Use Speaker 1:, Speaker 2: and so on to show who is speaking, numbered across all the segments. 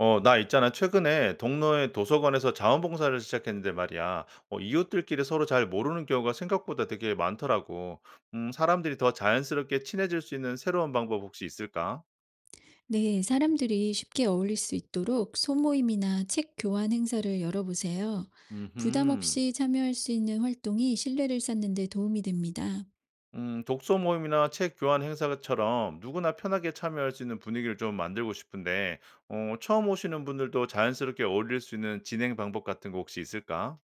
Speaker 1: 나 있잖아. 최근에 동네의 도서관에서 자원봉사를 시작했는데 말이야. 이웃들끼리 서로 잘 모르는 경우가 생각보다 되게 많더라고. 사람들이 더 자연스럽게 친해질 수 있는 새로운 방법 혹시 있을까?
Speaker 2: 네, 사람들이 쉽게 어울릴 수 있도록 소모임이나 책 교환 행사를 열어보세요. 부담
Speaker 1: 음,
Speaker 2: 없이 참여할 수 있는 활동이 신뢰를 쌓는 데 도움이 됩니다.
Speaker 1: 독서 모임이나 책 교환 행사처럼 누구나 편하게 참여할 수 있는 분위기를 좀 만들고 싶은데, 처음 오시는 분들도 자연스럽게 어울릴 수 있는 진행 방법 같은 거 혹시 있을까?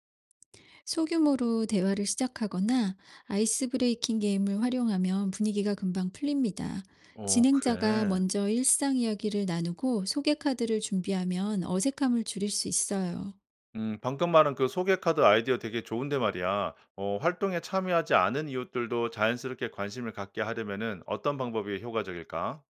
Speaker 2: 소규모로 대화를 시작하거나 아이스 브레이킹 게임을 활용하면 분위기가 금방 풀립니다.
Speaker 1: 어,
Speaker 2: 진행자가
Speaker 1: 그래.
Speaker 2: 먼저 일상 이야기를 나누고 소개 카드를 준비하면 어색함을 줄일 수 있어요.
Speaker 1: 방금 말한 그 소개 카드 아이디어 되게 좋은데 말이야. 활동에 참여하지 않은 이웃들도 자연스럽게 관심을 갖게 하려면은 어떤 방법이 효과적일까?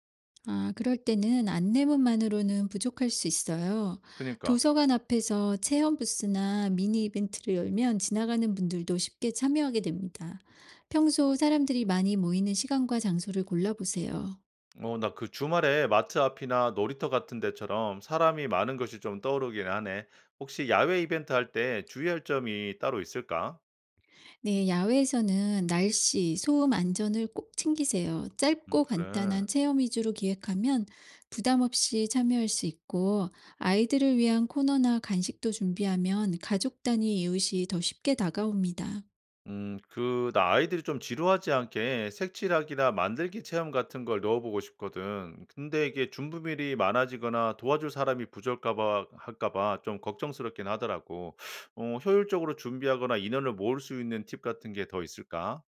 Speaker 2: 아, 그럴 때는 안내문만으로는 부족할 수 있어요.
Speaker 1: 그니까.
Speaker 2: 도서관 앞에서 체험 부스나 미니 이벤트를 열면 지나가는 분들도 쉽게 참여하게 됩니다. 평소 사람들이 많이 모이는 시간과 장소를 골라보세요.
Speaker 1: 나 그 주말에 마트 앞이나 놀이터 같은 데처럼 사람이 많은 것이 좀 떠오르긴 하네. 혹시 야외 이벤트 할 때 주의할 점이 따로 있을까?
Speaker 2: 네, 야외에서는 날씨, 소음 안전을 꼭 챙기세요. 짧고
Speaker 1: 그래.
Speaker 2: 간단한 체험 위주로 기획하면 부담 없이 참여할 수 있고, 아이들을 위한 코너나 간식도 준비하면 가족 단위 이웃이 더 쉽게 다가옵니다.
Speaker 1: 그, 나 아이들이 좀 지루하지 않게 색칠하기나 만들기 체험 같은 걸 넣어보고 싶거든. 근데 이게 준비물이 많아지거나 도와줄 사람이 할까 봐 좀 걱정스럽긴 하더라고. 효율적으로 준비하거나 인원을 모을 수 있는 팁 같은 게 더 있을까?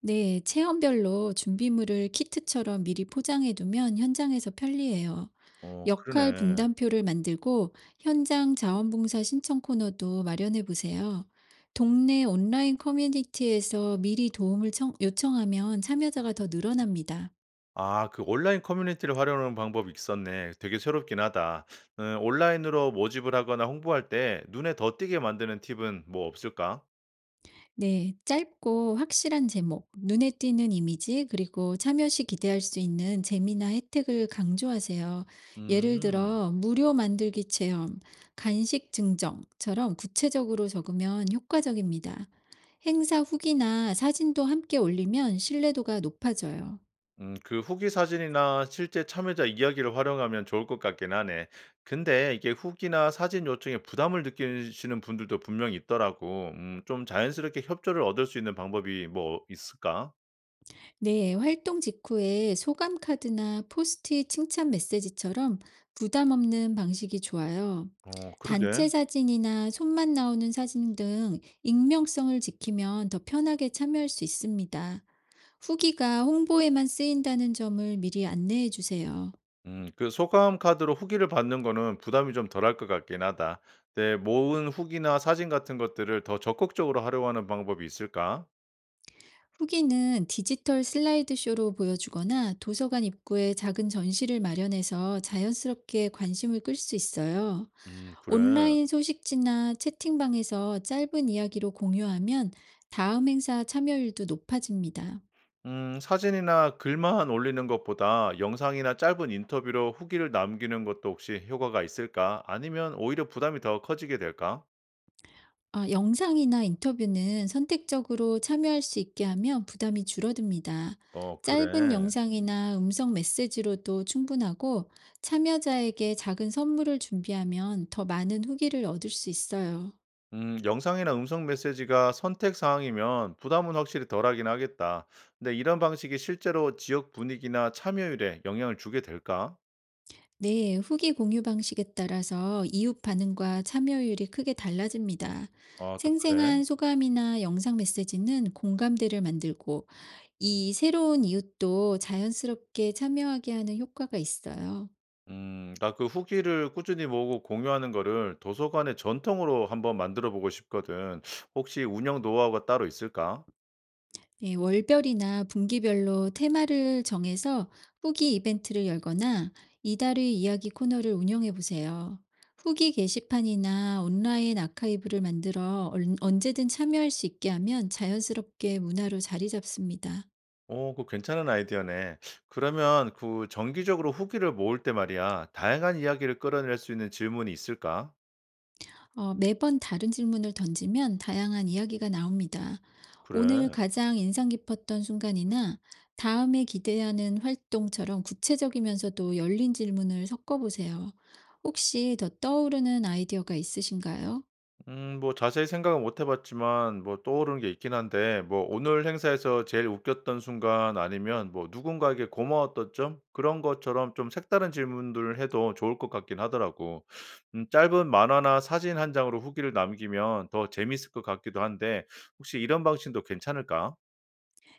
Speaker 2: 네, 체험별로 준비물을 키트처럼 미리 포장해 두면 현장에서 편리해요.
Speaker 1: 어,
Speaker 2: 역할
Speaker 1: 그러네.
Speaker 2: 분담표를 만들고 현장 자원봉사 신청 코너도 마련해 보세요. 동네 온라인 커뮤니티에서 미리 요청하면 참여자가 더 늘어납니다.
Speaker 1: 아, 그 온라인 커뮤니티를 활용하는 방법이 있었네. 되게 새롭긴 하다. 온라인으로 모집을 하거나 홍보할 때 눈에 더 띄게 만드는 팁은 뭐 없을까?
Speaker 2: 네, 짧고 확실한 제목, 눈에 띄는 이미지, 그리고 참여 시 기대할 수 있는 재미나 혜택을 강조하세요. 예를
Speaker 1: 음.
Speaker 2: 들어, 무료 만들기 체험, 간식 증정처럼 구체적으로 적으면 효과적입니다. 행사 후기나 사진도 함께 올리면 신뢰도가 높아져요.
Speaker 1: 그 후기 사진이나 실제 참여자 이야기를 활용하면 좋을 것 같긴 하네. 근데 이게 후기나 사진 요청에 부담을 느끼시는 분들도 분명히 있더라고. 좀 자연스럽게 협조를 얻을 수 있는 방법이 뭐 있을까?
Speaker 2: 네, 활동 직후에 소감 카드나 포스트잇 칭찬 메시지처럼 부담 없는 방식이 좋아요.
Speaker 1: 어, 그러게.
Speaker 2: 단체 사진이나 손만 나오는 사진 등 익명성을 지키면 더 편하게 참여할 수 있습니다. 후기가 홍보에만 쓰인다는 점을 미리 안내해 주세요.
Speaker 1: 그 소감 카드로 후기를 받는 거는 부담이 좀 덜할 것 같긴 하다. 내 모은 후기나 사진 같은 것들을 더 적극적으로 활용하는 방법이 있을까?
Speaker 2: 후기는 디지털 슬라이드쇼로 보여주거나 도서관 입구에 작은 전시를 마련해서 자연스럽게 관심을 끌 수 있어요.
Speaker 1: 그래.
Speaker 2: 온라인 소식지나 채팅방에서 짧은 이야기로 공유하면 다음 행사 참여율도 높아집니다.
Speaker 1: 사진이나 글만 올리는 것보다 영상이나 짧은 인터뷰로 후기를 남기는 것도 혹시 효과가 있을까? 아니면 오히려 부담이 더 커지게 될까?
Speaker 2: 아, 영상이나 인터뷰는 선택적으로 참여할 수 있게 하면 부담이 줄어듭니다.
Speaker 1: 어,
Speaker 2: 짧은
Speaker 1: 그래.
Speaker 2: 영상이나 음성 메시지로도 충분하고 참여자에게 작은 선물을 준비하면 더 많은 후기를 얻을 수 있어요.
Speaker 1: 영상이나 음성 메시지가 선택 사항이면 부담은 확실히 덜하긴 하겠다. 근데 이런 방식이 실제로 지역 분위기나 참여율에 영향을 주게 될까?
Speaker 2: 네, 후기 공유 방식에 따라서 이웃 반응과 참여율이 크게 달라집니다.
Speaker 1: 아, 또 그래?
Speaker 2: 생생한 소감이나 영상 메시지는 공감대를 만들고 이 새로운 이웃도 자연스럽게 참여하게 하는 효과가 있어요.
Speaker 1: 나 그 후기를 꾸준히 모으고 공유하는 거를 도서관의 전통으로 한번 만들어 보고 싶거든. 혹시 운영 노하우가 따로 있을까?
Speaker 2: 네, 월별이나 분기별로 테마를 정해서 후기 이벤트를 열거나 이달의 이야기 코너를 운영해 보세요. 후기 게시판이나 온라인 아카이브를 만들어 언제든 참여할 수 있게 하면 자연스럽게 문화로 자리 잡습니다.
Speaker 1: 오, 그 괜찮은 아이디어네. 그러면 그 정기적으로 후기를 모을 때 말이야. 다양한 이야기를 끌어낼 수 있는 질문이 있을까?
Speaker 2: 매번 다른 질문을 던지면 다양한 이야기가 나옵니다. 오늘
Speaker 1: 그래.
Speaker 2: 가장 인상 깊었던 순간이나 다음에 기대하는 활동처럼 구체적이면서도 열린 질문을 섞어보세요. 혹시 더 떠오르는 아이디어가 있으신가요?
Speaker 1: 뭐 자세히 생각은 못 해 봤지만 뭐 떠오르는 게 있긴 한데 뭐 오늘 행사에서 제일 웃겼던 순간 아니면 뭐 누군가에게 고마웠던 점 그런 것처럼 좀 색다른 질문들을 해도 좋을 것 같긴 하더라고. 짧은 만화나 사진 한 장으로 후기를 남기면 더 재미있을 것 같기도 한데 혹시 이런 방식도 괜찮을까?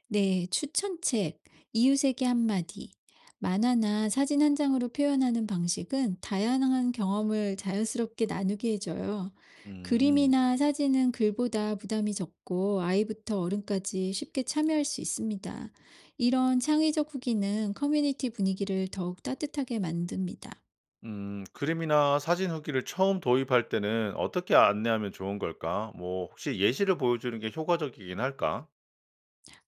Speaker 2: 네, 추천책, 이웃에게 한마디, 만화나 사진 한 장으로 표현하는 방식은 다양한 경험을 자연스럽게 나누게 해줘요.
Speaker 1: 음.
Speaker 2: 그림이나 사진은 글보다 부담이 적고 아이부터 어른까지 쉽게 참여할 수 있습니다. 이런 창의적 후기는 커뮤니티 분위기를 더욱 따뜻하게 만듭니다.
Speaker 1: 그림이나 사진 후기를 처음 도입할 때는 어떻게 안내하면 좋은 걸까? 뭐, 혹시 예시를 보여주는 게 효과적이긴 할까?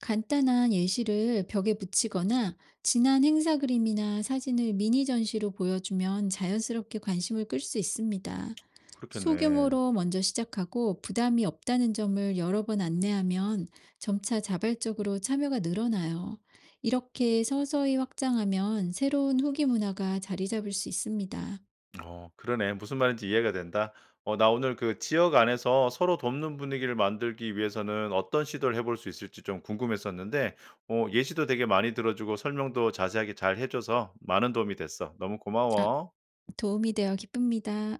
Speaker 2: 간단한 예시를 벽에 붙이거나 지난 행사 그림이나 사진을 미니 전시로 보여주면 자연스럽게 관심을 끌 수 있습니다.
Speaker 1: 그렇겠네.
Speaker 2: 소규모로 먼저 시작하고 부담이 없다는 점을 여러 번 안내하면 점차 자발적으로 참여가 늘어나요. 이렇게 서서히 확장하면 새로운 후기 문화가 자리 잡을 수 있습니다.
Speaker 1: 어, 그러네. 무슨 말인지 이해가 된다. 나 오늘 그 지역 안에서 서로 돕는 분위기를 만들기 위해서는 어떤 시도를 해볼 수 있을지 좀 궁금했었는데, 예시도 되게 많이 들어주고 설명도 자세하게 잘 해줘서 많은 도움이 됐어. 너무
Speaker 2: 아,
Speaker 1: 고마워.
Speaker 2: 도움이 되어 기쁩니다.